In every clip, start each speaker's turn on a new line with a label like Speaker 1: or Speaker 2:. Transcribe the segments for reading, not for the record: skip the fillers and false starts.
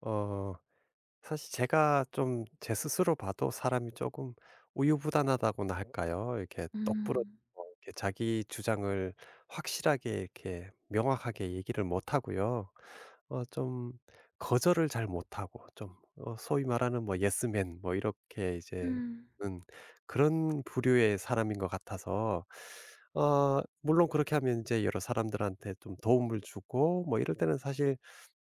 Speaker 1: 어 사실 제가 좀 제 스스로 봐도 사람이 조금 우유부단하다고나 할까요? 이렇게 똑부러지고
Speaker 2: 음.
Speaker 1: 이렇게 자기 주장을 확실하게 이렇게 명확하게 얘기를 못 하고요. 좀 거절을 잘 못 하고 좀 소위 말하는 뭐 예스맨 뭐 이렇게 이제
Speaker 2: 음.
Speaker 1: 는 그런 부류의 사람인 것 같아서, 물론 그렇게 하면 이제 여러 사람들한테 좀 도움을 주고 뭐 이럴 때는 사실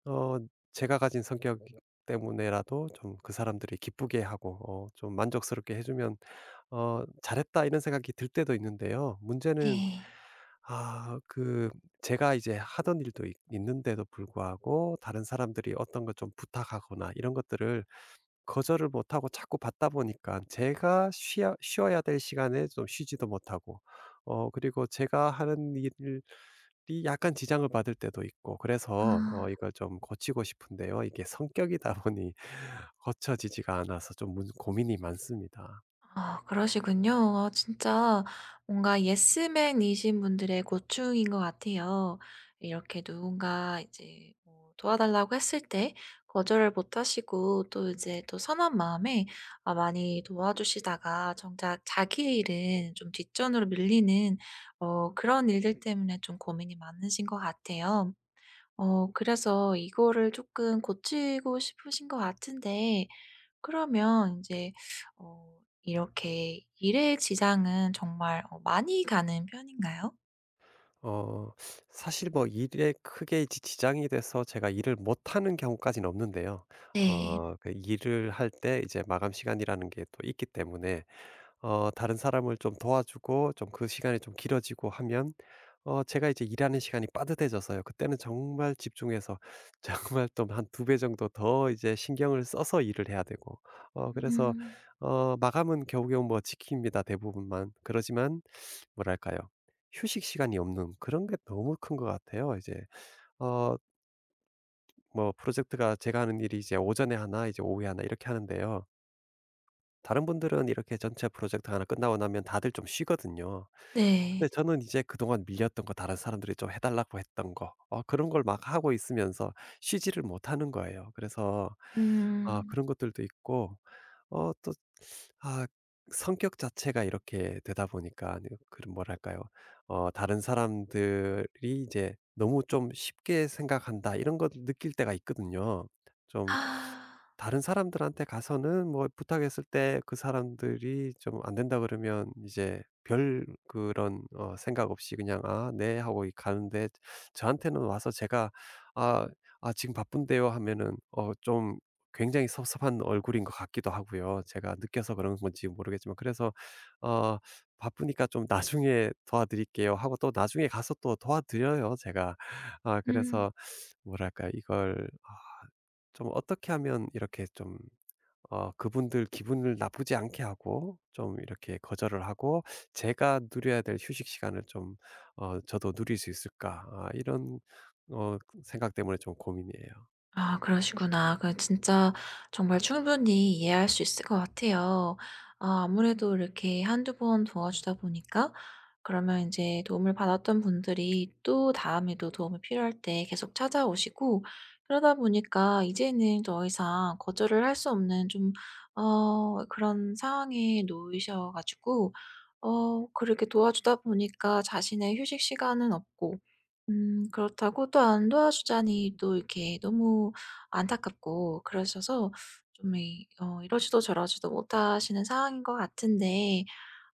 Speaker 1: 어 제가 가진 성격 때문에라도 좀 그 사람들이 기쁘게 하고 좀 만족스럽게 해 주면 '잘했다.' 이런 생각이 들 때도 있는데요. 문제는
Speaker 2: 네.
Speaker 1: 아 그 제가 이제 하던 일도 있 있는데도 불구하고, 다른 사람들이 어떤 것 좀 부탁하거나 이런 것들을 거절을 못 하고 자꾸 받다 보니까 제가 쉬어야 될 시간에 좀 쉬지도 못하고, 그리고 제가 하는 일이 약간 지장을 받을 때도 있고 그래서
Speaker 2: 아.
Speaker 1: 이걸 좀 고치고 싶은데요. 이게 성격이다 보니 고쳐지지가 않아서 좀 문 고민이 많습니다.
Speaker 2: 아 그러시군요. 아 진짜 뭔가 예스맨이신 분들의 고충인 것 같아요. 이렇게 누군가 이제 뭐 도와달라고 했을 때 거절을 못 하시고 또 이제 또 선한 마음에 아 많이 도와주시다가 정작 자기 일은 좀 뒷전으로 밀리는 그런 일들 때문에 좀 고민이 많으신 것 같아요. 그래서 이거를 조금 고치고 싶으신 것 같은데, 그러면 이제 이렇게 일의 지장은 정말 많이 가는 편인가요?
Speaker 1: 어 사실 뭐 일에 크게 지 지장이 돼서 제가 일을 못하는 경우까지는 없는데요.
Speaker 2: 네.
Speaker 1: 그 일을 할 때 이제 마감 시간이라는 게 또 있기 때문에, 다른 사람을 좀 도와주고 좀 그 시간이 좀 길어지고 하면 제가 이제 일하는 시간이 빠듯해져서요. 그때는 정말 집중해서 정말 또 한 두 배 정도 더 이제 신경을 써서 일을 해야 되고, 어 그래서
Speaker 2: 음.
Speaker 1: 어 마감은 겨우겨우 뭐 지킵니다 대부분만. 그러지만 뭐랄까요? 휴식 시간이 없는 그런 게 너무 큰 것 같아요. 이제 어 뭐 프로젝트가, 제가 하는 일이 이제 오전에 하나 이제 오후에 하나 이렇게 하는데요. 다른 분들은 이렇게 전체 프로젝트 하나 끝나고 나면 다들 좀 쉬거든요.
Speaker 2: 네.
Speaker 1: 근데 저는 이제 그동안 밀렸던 거, 다른 사람들이 좀 해달라고 했던 거, 어, 그런 걸 막 하고 있으면서 쉬지를 못하는 거예요. 그래서 아,
Speaker 2: 음.
Speaker 1: 그런 것들도 있고 또 아 성격 자체가 이렇게 되다 보니까 그런 뭐랄까요. 다른 사람들이 이제 '너무 좀 쉽게 생각한다.' 이런 걸 느낄 때가 있거든요. 좀
Speaker 2: 아.
Speaker 1: 다른 사람들한테 가서는 뭐 부탁했을 때 그 사람들이 좀 안 된다 그러면 이제 별 그런 생각 없이 그냥 "아 네." 하고 이 가는데, 저한테는 와서 제가 "아 아 지금 바쁜데요." 하면은 어좀 굉장히 섭섭한 얼굴인 것 같기도 하고요. 제가 느껴서 그런 건지 모르겠지만, 그래서 어 "바쁘니까 좀 나중에 도와드릴게요." 하고 또 나중에 가서 또 도와드려요 제가. 아
Speaker 2: 음.
Speaker 1: 그래서 뭐랄까 이걸 아 좀 어떻게 하면 이렇게 좀 그분들 기분을 나쁘지 않게 하고 좀 이렇게 거절을 하고 제가 누려야 될 휴식 시간을 좀 저도 누릴 수 있을까? 아 이런 어 생각 때문에 좀 고민이에요.
Speaker 2: 아 그러시구나. 진짜 정말 충분히 이해할 수 있을 것 같아요. 아 아무래도 이렇게 한두 번 도와주다 보니까 그러면 이제 도움을 받았던 분들이 또 다음에도 도움이 필요할 때 계속 찾아오시고, 그러다 보니까 이제는 더 이상 거절을 할 수 없는 좀 그런 상황에 놓이셔 가지고 그렇게 도와주다 보니까 자신의 휴식 시간은 없고, 그렇다고 또 안 도와주자니 또 이렇게 너무 안타깝고 그러셔서 좀 이 어 이러지도 저러지도 못하시는 상황인 것 같은데,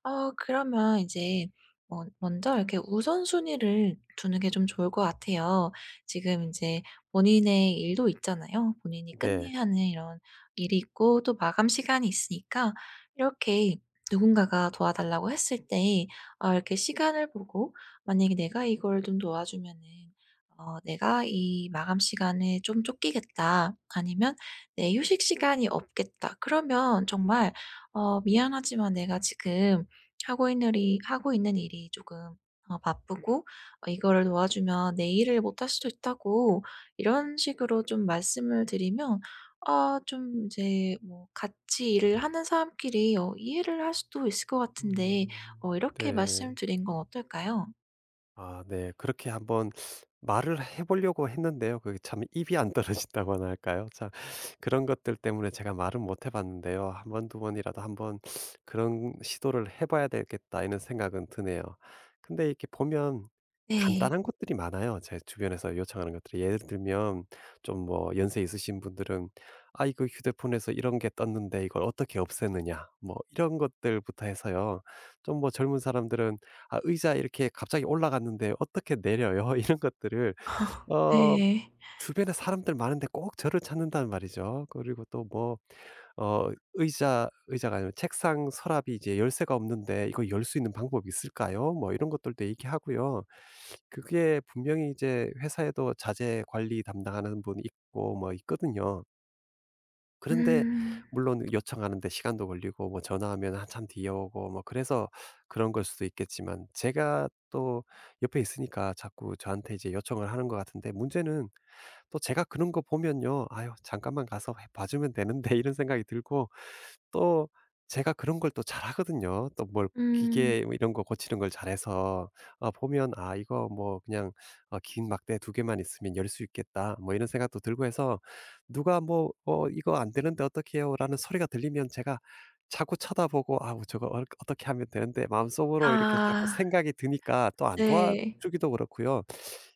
Speaker 2: 그러면 이제 뭐 먼저 이렇게 우선순위를 두는 게 좀 좋을 것 같아요. 지금 이제 본인의 일도 있잖아요. 본인이
Speaker 1: 네.
Speaker 2: 끝내야 하는 이런 일이 있고 또 마감 시간이 있으니까, 이렇게 누군가가 도와달라고 했을 때 이렇게 시간을 보고 만약에 '내가 이걸 좀 도와주면은 내가 이 마감 시간에 좀 쫓기겠다.' 아니면 '내 휴식 시간이 없겠다.' 그러면 정말 "미안하지만 내가 지금 하고 있는 일이 조금 바쁘고, 이거를 도와주면 내 일을 못 할 수도 있다."고 이런 식으로 좀 말씀을 드리면 아 좀 이제 뭐 같이 일을 하는 사람끼리 이해를 할 수도 있을 것 같은데,
Speaker 1: 음.
Speaker 2: 이렇게
Speaker 1: 네.
Speaker 2: 말씀드린 건 어떨까요?
Speaker 1: 아 네. 그렇게 한번 말을 해 보려고 했는데요. 그게 참 입이 안 떨어진다고나 할까요? 참 그런 것들 때문에 제가 말은 못 해 봤는데요. 한 번 두 번이라도 한 번 그런 시도를 해 봐야 되겠다, 이런 생각은 드네요. 근데 이렇게 보면
Speaker 2: 네.
Speaker 1: 간단한 것들이 많아요, 제 주변에서 요청하는 것들이. 예를 들면 좀 뭐 연세 있으신 분들은 "아 이거 휴대폰에서 이런 게 떴는데 이걸 어떻게 없애느냐." 뭐 이런 것들부터 해서요. 좀 뭐 젊은 사람들은 '아 의자 이렇게 갑자기 올라갔는데 어떻게 내려요?' 이런 것들을 어
Speaker 2: 네.
Speaker 1: 주변에 사람들 많은데 꼭 저를 찾는단 말이죠. 그리고 또 뭐 의자가 아니라 책상 서랍이 이제 열쇠가 없는데 '이거 열 수 있는 방법이 있을까요?' 뭐 이런 것들도 얘기하고요. 그게 분명히 이제 회사에도 자재 관리 담당하는 분이 있고 뭐 있거든요. 그런데
Speaker 2: 음.
Speaker 1: 물론 요청하는데 시간도 걸리고 뭐 전화하면 한참 뒤에 오고 뭐 그래서 그런 걸 수도 있겠지만, 제가 또 옆에 있으니까 자꾸 저한테 이제 요청을 하는 것 같은데, 문제는 또 제가 그런 거 보면요. '아유 잠깐만 가서 해 봐 주면 되는데.' 이런 생각이 들고, 또 제가 그런 걸 또 잘하거든요. 또 뭘
Speaker 2: 음.
Speaker 1: 기계 뭐 이런 거 고치는 걸 잘해서 아 보면 '아 이거 뭐 그냥 긴 막대 두 개만 있으면 열 수 있겠다.' 뭐 이런 생각도 들고 해서, 누가 뭐 "어 이거 안 되는데 어떻게 해요?"라는 소리가 들리면 제가 자꾸 쳐다보고 '아우 저거 어, 어떻게 하면 되는데.' 마음속으로 이렇게 자꾸
Speaker 2: 아.
Speaker 1: 생각이 드니까 또 안
Speaker 2: 네.
Speaker 1: 도와주기도 그렇고요.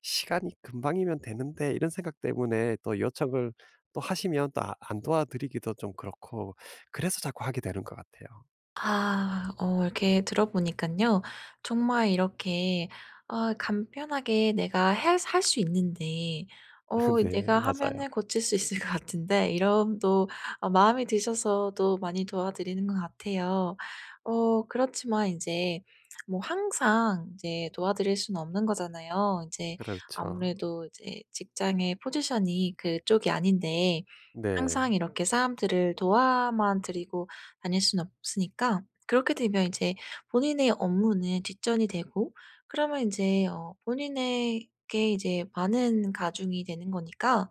Speaker 1: '시간이 금방이면 되는데.' 이런 생각 때문에 또 요청을 또 하시면 또 아 안 도와드리기도 좀 그렇고, 그래서 자꾸 하게 되는 것 같아요.
Speaker 2: 아 이렇게 들어보니까요, 정말 이렇게 간편하게 내가 해할 수 있는데
Speaker 1: 근데
Speaker 2: 내가
Speaker 1: 맞아요.
Speaker 2: 하면은 고칠 수 있을 것 같은데, 이런 또 마음이 드셔서 또 많이 도와드리는 것 같아요. 그렇지만 이제 뭐 항상 이제 도와드릴 수는 없는 거잖아요. 이제
Speaker 1: 그렇죠.
Speaker 2: 아무래도 이제 직장의 포지션이 그쪽이 아닌데
Speaker 1: 네.
Speaker 2: 항상 이렇게 사람들을 도와만 드리고 다닐 수는 없으니까, 그렇게 되면 이제 본인의 업무는 뒷전이 되고, 그러면 이제 본인에게 이제 많은 가중이 되는 거니까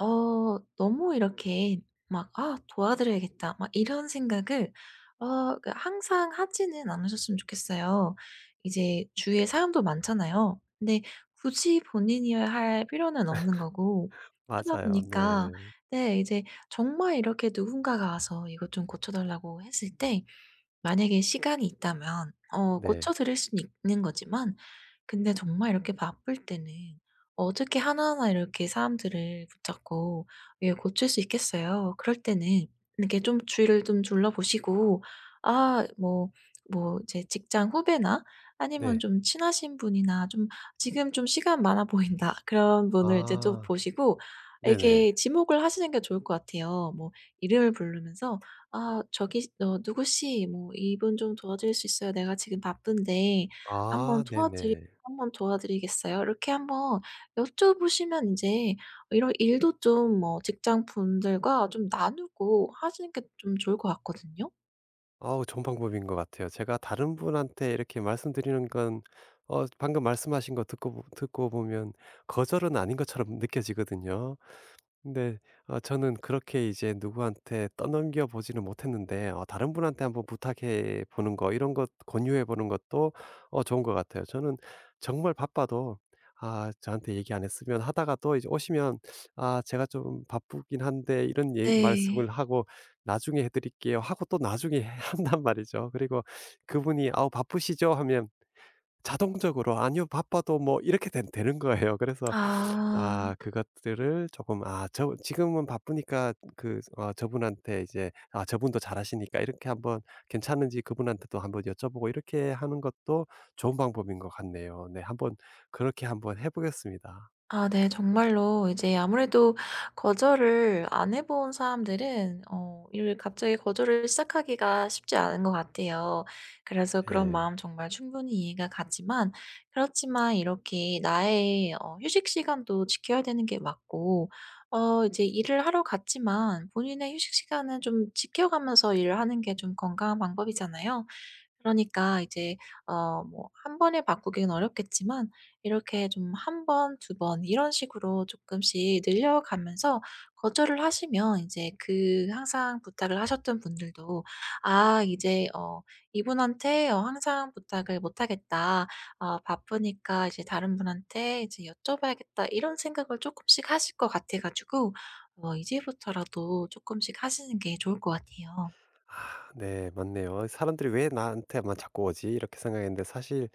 Speaker 2: 너무 이렇게 막 '아 도와드려야겠다.' 막 이런 생각을 항상 하지는 않으셨으면 좋겠어요. 이제 주위에 사람도 많잖아요. 근데 굳이 본인이어야 할 필요는 없는 거고, 그러다
Speaker 1: 맞아요.
Speaker 2: 보니까
Speaker 1: 네.
Speaker 2: 네 이제 정말 이렇게 누군가가 와서 이것 좀 고쳐 달라고 했을 때 만약에 시간이 있다면 고쳐
Speaker 1: 네.
Speaker 2: 드릴 수는 있는 거지만, 근데 정말 이렇게 바쁠 때는 어떻게 하나하나 이렇게 사람들을 붙잡고 예 고칠 수 있겠어요? 그럴 때는 이렇게 좀 주위를 좀 둘러보시고 아 뭐 이제 직장 후배나 아니면
Speaker 1: 네.
Speaker 2: 좀 친하신 분이나, 좀 지금 좀 시간 많아 보인다. 그런 분을 이제 좀
Speaker 1: 아.
Speaker 2: 보시고
Speaker 1: 네네.
Speaker 2: 이렇게 지목을 하시는 게 좋을 것 같아요. 뭐 이름을 부르면서 "아 저기 너 누구 씨 뭐 이분 좀 도와줄 수 있어요? 내가 지금 바쁜데 한번
Speaker 1: 아
Speaker 2: 도와주
Speaker 1: 네네.
Speaker 2: 한번 도와드리겠어요?" 이렇게 한번 여쭤보시면 이제 이런 일도 좀 뭐 직장분들과 좀 나누고 하시는 게 좀 좋을 것 같거든요.
Speaker 1: 아우 좋은 방법인 것 같아요. 제가 다른 분한테 이렇게 말씀드리는 건, 방금 말씀하신 거 듣고 보면 거절은 아닌 것처럼 느껴지거든요. 네. 저는 그렇게 이제 누구한테 떠넘겨 보지는 못했는데, 어 다른 분한테 한번 부탁해 보는 거, 이런 것 권유해 보는 것도 좋은 것 같아요. 저는 정말 바빠도 '아 저한테 얘기 안 했으면.' 하다가 또 이제 오시면 "아 제가 좀 바쁘긴 한데." 이런 예 말씀을
Speaker 2: 네.
Speaker 1: 하고, "나중에 해 드릴게요." 하고 또 나중에 한단 말이죠. 그리고 그분이 "아우 바쁘시죠?" 하면 자동적으로 "아니요. 바빠도." 뭐 이렇게 된 되는 거예요. 그래서
Speaker 2: 아.
Speaker 1: 아 그것들을 조금 아 저 지금은 바쁘니까 그 어 저분한테 이제, 아 저분도 잘하시니까 이렇게 한번 괜찮은지 그분한테도 한번 여쭤보고 이렇게 하는 것도 좋은 방법인 것 같네요. 네 한번 그렇게 한번 해 보겠습니다.
Speaker 2: 아 네. 정말로 이제 아무래도 거절을 안 해본 사람들은 이렇게 갑자기 거절을 시작하기가 쉽지 않은 것 같아요. 그래서 그런
Speaker 1: 네.
Speaker 2: 마음 정말 충분히 이해가 가지만, 그렇지만 이렇게 나의 휴식 시간도 지켜야 되는 게 맞고, 이제 일을 하러 갔지만 본인의 휴식 시간은 좀 지켜가면서 일을 하는 게 좀 건강한 방법이잖아요. 그러니까 이제 뭐 한 번에 바꾸기는 어렵겠지만, 이렇게 좀 한 번, 두 번 이런 식으로 조금씩 늘려가면서 거절을 하시면 이제 그 항상 부탁을 하셨던 분들도 '아 이제 이분한테 항상 부탁을 못 하겠다. 바쁘니까 이제 다른 분한테 이제 여쭤봐야겠다.' 이런 생각을 쪼끔씩 하실 것 같아 가지고 이제부터라도 쪼끔씩 하시는 게 좋을 것 같아요.
Speaker 1: 아 네 맞네요. '사람들이 왜 나한테만 자꾸 오지?' 이렇게 생각했는데, 사실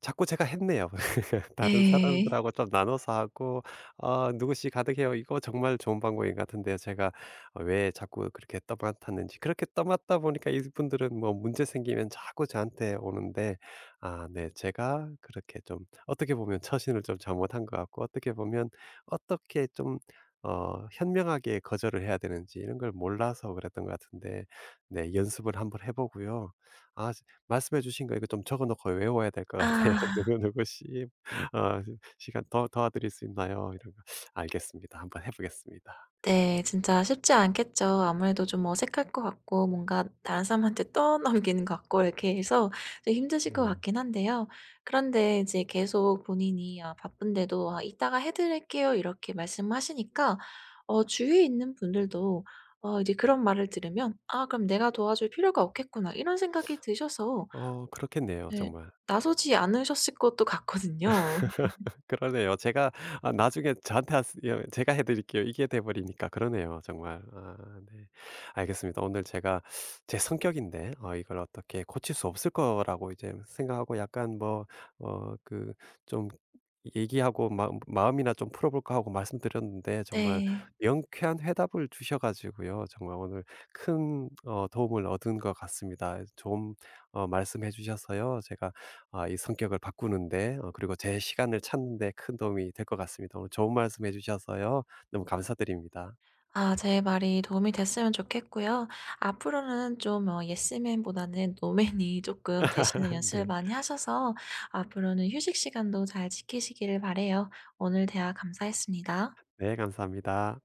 Speaker 1: 자꾸 제가 했네요. 다른
Speaker 2: 네.
Speaker 1: 사람들하고 좀 나눠서 하고 "아 누구씩 가득해요." 이거 정말 좋은 방법인 것 같은데요. 제가 왜 자꾸 그렇게 떠맡았는지, 그렇게 떠맡다 보니까 이분들은 뭐 문제 생기면 자꾸 저한테 오는데, 아 네 제가 그렇게 좀 어떻게 보면 처신을 좀 잘못한 것 같고, 어떻게 보면 어떻게 좀 현명하게 거절을 해야 되는지 이런 걸 몰라서 그랬던 것 같은데, 네 연습을 한번 해 보고요. 아 말씀해 주신 거 이거 좀 적어 놓고 외워야 될 것 같아요.
Speaker 2: 아.
Speaker 1: 누구누구 씨, 어 "시간 더 도와드릴 수 있나요?" 이런 거. 알겠습니다. 한번 해 보겠습니다.
Speaker 2: 네. 진짜 쉽지 않겠죠. 아무래도 좀 어색할 것 같고 뭔가 다른 사람한테 떠넘기는 것 같고, 이렇게 해서 좀 힘드실 것
Speaker 1: 음,
Speaker 2: 같긴 한데요. 그런데 이제 계속 본인이 아 바쁜데도 "아 이따가 해 드릴게요." 이렇게 말씀하시니까 주위에 있는 분들도 이제 그런 말을 들으면 '아 그럼 내가 도와줄 필요가 없겠구나.' 이런 생각이 드셔서
Speaker 1: 어 그렇겠네요
Speaker 2: 네
Speaker 1: 정말.
Speaker 2: 나서지 않으셨을 것도 같거든요.
Speaker 1: 그러네요. 제가 아 나중에 저한테 하스 예, 제가 해 드릴게요. 이게 돼 버리니까 그러네요 정말. 아 네. 알겠습니다. 오늘 제가 제 성격인데 이걸 어떻게 고칠 수 없을 거라고 이제 생각하고, 약간 뭐어그좀 얘기하고 마음이나 좀 풀어 볼까 하고 말씀드렸는데, 정말
Speaker 2: 네.
Speaker 1: 명쾌한 회답을 주셔 가지고요. 정말 오늘 큰 어 도움을 얻은 것 같습니다. 좀 말씀해 주셔서요. 제가 아 이 성격을 바꾸는데 그리고 제 시간을 찾는 데 큰 도움이 될 것 같습니다. 오늘 좋은 말씀해 주셔서요. 너무 감사드립니다.
Speaker 2: 아 제 말이 도움이 됐으면 좋겠고요. 앞으로는 좀 예스맨보다는 노맨이 조금 되시는 연습을
Speaker 1: 네.
Speaker 2: 많이 하셔서 앞으로는 휴식 시간도 잘 지키시기를 바라요. 오늘 대화 감사했습니다.
Speaker 1: 네 감사합니다.